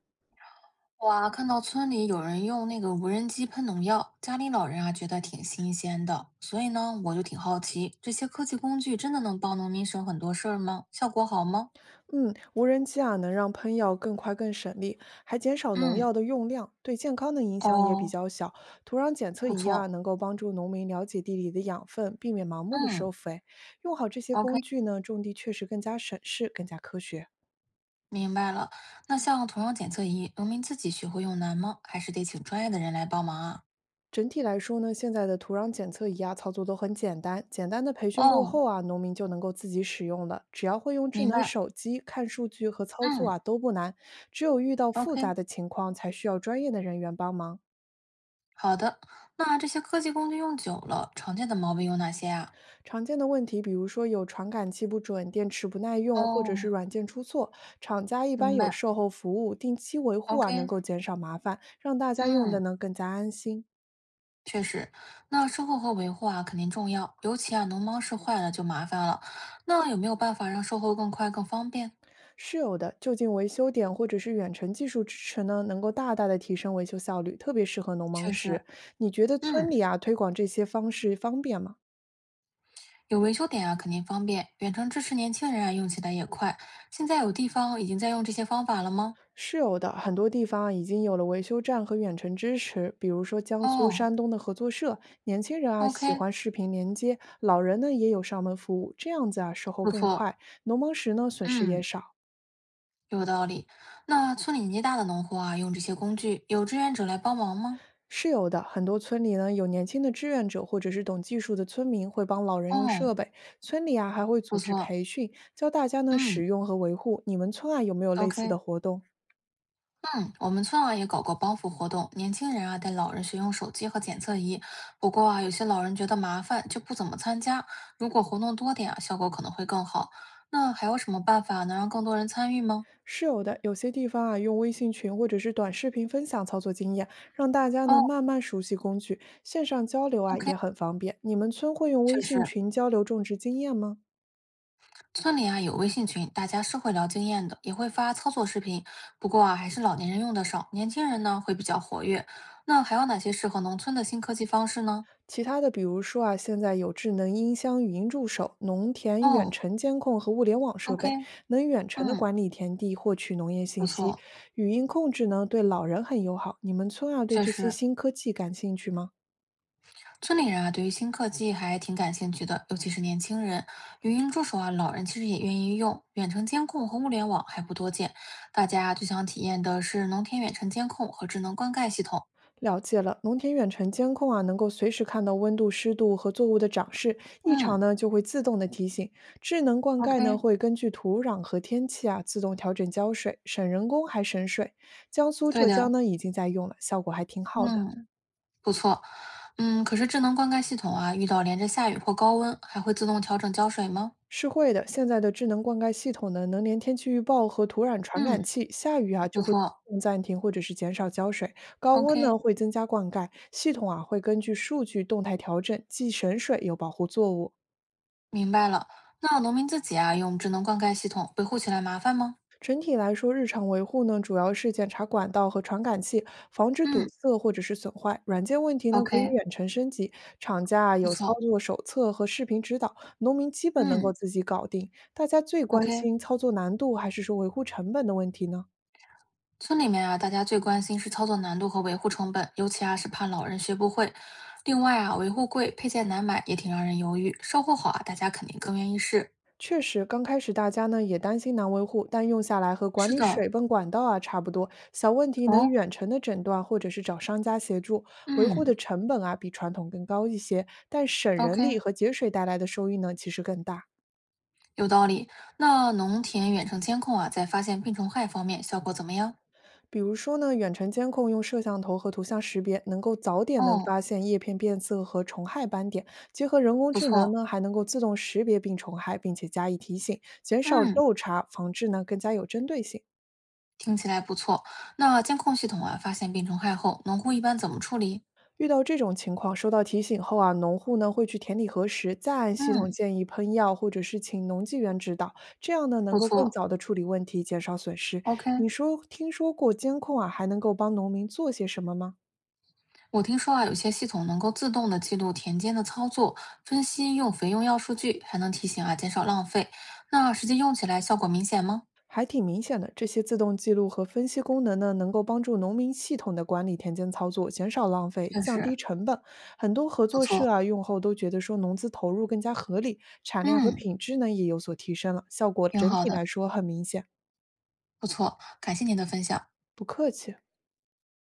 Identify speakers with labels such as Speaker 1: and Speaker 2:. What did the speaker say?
Speaker 1: 哇，看到村里有人用那个无人机喷农药，家里老人啊觉得挺新鲜的，所以呢，我就挺好奇，这些科技工具真的能帮农民省很多事儿吗？效果好吗？
Speaker 2: 嗯，无人机啊，能让喷药更快更省力，还减少农
Speaker 1: 嗯，
Speaker 2: 药的用量，对健康的影响也比
Speaker 1: 哦，
Speaker 2: 较小。土壤检测
Speaker 1: 不
Speaker 2: 仪啊，
Speaker 1: 错，
Speaker 2: 能够帮助农民了解地里的养分，避免盲目的
Speaker 1: 嗯
Speaker 2: 施肥。用好这些
Speaker 1: ，OK，
Speaker 2: 工具呢，种地确实更加省事，更加科学。
Speaker 1: 明白了。那像土壤检测仪，农民自己学会用难吗？还是得请专业的人来帮忙啊？
Speaker 2: 整体来说呢，现在的土壤检测仪啊，操作都很简单。简单的培训过
Speaker 1: 哦，
Speaker 2: 后啊，农民就能够自己使用了。只要会用智
Speaker 1: 明
Speaker 2: 能
Speaker 1: 白，
Speaker 2: 手机看数据和操作
Speaker 1: 嗯
Speaker 2: 啊，都不难。只有遇到复
Speaker 1: ，OK，
Speaker 2: 杂的情况，才需要专业的人员帮忙。
Speaker 1: 好的。那这些科技工具用久了，常见的毛病有哪些啊？
Speaker 2: 常见的问题，比如说有传感器不准、电池不耐用，或
Speaker 1: 哦，
Speaker 2: 者是软件出错。厂家一般
Speaker 1: 明
Speaker 2: 有
Speaker 1: 白
Speaker 2: 售后服务，定期维护啊，能
Speaker 1: ，OK，
Speaker 2: 够减少麻烦，让大家用的
Speaker 1: 嗯。
Speaker 2: 呢更加安心。
Speaker 1: 确实，那售后和维护啊肯定重要，尤其啊农忙时坏了就麻烦了。那有没有办法让售后更快更方便？
Speaker 2: 是有的，就近维修点或者是远程技术支持呢，能够大大的提升维修效率，特别适合农忙
Speaker 1: 确实，
Speaker 2: 时。你觉得
Speaker 1: 嗯，
Speaker 2: 村里啊推广这些方式方便吗？
Speaker 1: 有维修点啊肯定方便，远程支持年轻人啊用起来也快。现在有地方已经在用这些方法了吗？
Speaker 2: 是有的，很多地方啊已经有了维修站和远程支持，比如说江苏、
Speaker 1: 哦
Speaker 2: 山东的合作社，年轻人啊喜
Speaker 1: ，OK，
Speaker 2: 欢视频连接，老人呢也有上门服务，这样子啊售后
Speaker 1: 不
Speaker 2: 更
Speaker 1: 错，
Speaker 2: 快，农忙时呢损失也
Speaker 1: 嗯，
Speaker 2: 少。
Speaker 1: 有道理。那村里年纪大的农户啊用这些工具，有志愿者来帮忙吗？
Speaker 2: 是有的，很多村里呢有年轻的志愿者或者是懂技术的村民会帮老人用
Speaker 1: 哦，
Speaker 2: 设备，村里啊还会
Speaker 1: 不
Speaker 2: 组织
Speaker 1: 错，
Speaker 2: 培训，教大家呢
Speaker 1: 嗯
Speaker 2: 使用和维护。你们村啊有没有类似
Speaker 1: ，OK。
Speaker 2: 的活动？
Speaker 1: 嗯，我们村啊也搞过帮扶活动，年轻人啊带老人学用手机和检测仪。不过啊，有些老人觉得麻烦，就不怎么参加。如果活动多点啊，效果可能会更好。那还有什么办法能让更多人参与吗？
Speaker 2: 是有的，有些地方啊，用微信群或者是短视频分享操作经验，让大家呢
Speaker 1: 哦
Speaker 2: 慢慢熟悉工具，线上交流啊
Speaker 1: ，OK，
Speaker 2: 也很方便。你们村会用微
Speaker 1: 确实，
Speaker 2: 信群交流种植经验吗？
Speaker 1: 村里啊有微信群，大家是会聊经验的，也会发操作视频。不过啊，还是老年人用的少，年轻人呢会比较活跃。那还有哪些适合农村的新科技方式呢？
Speaker 2: 其他的，比如说啊，现在有智能音箱、语音助手、农田远
Speaker 1: 哦
Speaker 2: 程监控和物联网设
Speaker 1: ，OK，
Speaker 2: 备，能远程的
Speaker 1: 嗯，
Speaker 2: 管理田地，获取农业
Speaker 1: 不
Speaker 2: 信息。
Speaker 1: 错，
Speaker 2: 语音控制呢，对老人很友好。你们村啊，对
Speaker 1: 确
Speaker 2: 这些
Speaker 1: 实。
Speaker 2: 新科技感兴趣吗？
Speaker 1: 村里人啊，对于新科技还挺感兴趣的，尤其是年轻人。语音助手啊，老人其实也愿意用。远程监控和物联网还不多见，大家最想体验的是农田远程监控和智能灌溉系统。
Speaker 2: 了解了，农田远程监控啊，能够随时看到温度、湿度和作物的长势，异常
Speaker 1: 嗯
Speaker 2: 呢就会自动的提醒。智能灌溉呢
Speaker 1: ，OK，
Speaker 2: 会根据土壤和天气啊自动调整浇水，省人工还省水。江苏、
Speaker 1: 对
Speaker 2: 浙
Speaker 1: 的，
Speaker 2: 江呢已经在用了，效果还挺好的。
Speaker 1: 嗯，不错。嗯，可是智能灌溉系统啊，遇到连着下雨或高温，还会自动调整浇水吗？
Speaker 2: 是会的，现在的智能灌溉系统呢能连天气预报和土壤传
Speaker 1: 嗯，
Speaker 2: 感器，下雨啊
Speaker 1: 不
Speaker 2: 就会。
Speaker 1: 错
Speaker 2: 暂停或者是减少浇水，高温
Speaker 1: ，OK，
Speaker 2: 呢会增加灌溉，系统啊会根据数据动态调整，既省水又保护作物。
Speaker 1: 明白了。那农民自己啊，用智能灌溉系统维护起来麻烦吗？
Speaker 2: 整体来说，日常维护呢，主要是检查管道和传感器，防止堵
Speaker 1: 嗯
Speaker 2: 塞或者是损坏。软件问题呢，可以
Speaker 1: ，OK，
Speaker 2: 远程升级。厂家啊
Speaker 1: 不
Speaker 2: 有操
Speaker 1: 错，
Speaker 2: 作手册和视频指导，农民基本能
Speaker 1: 嗯
Speaker 2: 够自己搞定。大家最关
Speaker 1: ，OK。
Speaker 2: 心操作难度还是说维护成本的问题呢？
Speaker 1: 村里面啊，大家最关心是操作难度和维护成本，尤其啊是怕老人学不会。另外啊，维护贵，配件难买，也挺让人犹豫。售后好啊，大家肯定更愿意试。
Speaker 2: 确实，刚开始大家呢也担心难维护，但用下来和管
Speaker 1: 是
Speaker 2: 理
Speaker 1: 的，
Speaker 2: 水泵管道啊差不多，小问题能
Speaker 1: 哦，
Speaker 2: 远程的诊断，或者是找商家协助，维护
Speaker 1: 嗯
Speaker 2: 的成本啊比传统更高一些，但省
Speaker 1: ，OK，
Speaker 2: 人力和节水带来的收益呢其实更大。
Speaker 1: 有道理。那农田远程监控啊，在发现病虫害方面效果怎么样？
Speaker 2: 比如说呢，远程监控用摄像头和图像识别，能够早点的
Speaker 1: 哦，
Speaker 2: 发现叶片变色和虫害斑点，结合人工
Speaker 1: 不
Speaker 2: 智能
Speaker 1: 错，
Speaker 2: 呢，还能够自动识别病虫害，并且加以提醒，减少
Speaker 1: 嗯，
Speaker 2: 漏查，防治呢更加有针对性。
Speaker 1: 听起来不错。那监控系统啊，发现病虫害后，农户一般怎么处理？
Speaker 2: 遇到这种情况，收到提醒后啊，农户呢会去田里核实，再按系统
Speaker 1: 嗯，
Speaker 2: 建议喷药，或者是请农技员指导，这样呢能
Speaker 1: 不
Speaker 2: 够更
Speaker 1: 错
Speaker 2: 早的处理问题，减少损失。
Speaker 1: ，OK。
Speaker 2: 你说听说过监控啊，还能够帮农民做些什么吗？
Speaker 1: 我听说啊，有些系统能够自动的记录田间的操作，分析用肥用药数据，还能提醒啊减少浪费。那实际用起来效果明显吗？
Speaker 2: 还挺明显的，这些自动记录和分析功能呢，能够帮助农民系统的管理田间操作，减少浪费，
Speaker 1: 确
Speaker 2: 降
Speaker 1: 实
Speaker 2: 低成本。很多合
Speaker 1: 不
Speaker 2: 作社
Speaker 1: 错，
Speaker 2: 啊，用后都觉得说农资投入更加合理，产量和
Speaker 1: 嗯，
Speaker 2: 品质呢也有所提升了，效果
Speaker 1: 挺
Speaker 2: 整
Speaker 1: 好
Speaker 2: 体来
Speaker 1: 的，
Speaker 2: 说很明显。
Speaker 1: 不错，感谢您的分享。
Speaker 2: 不客气。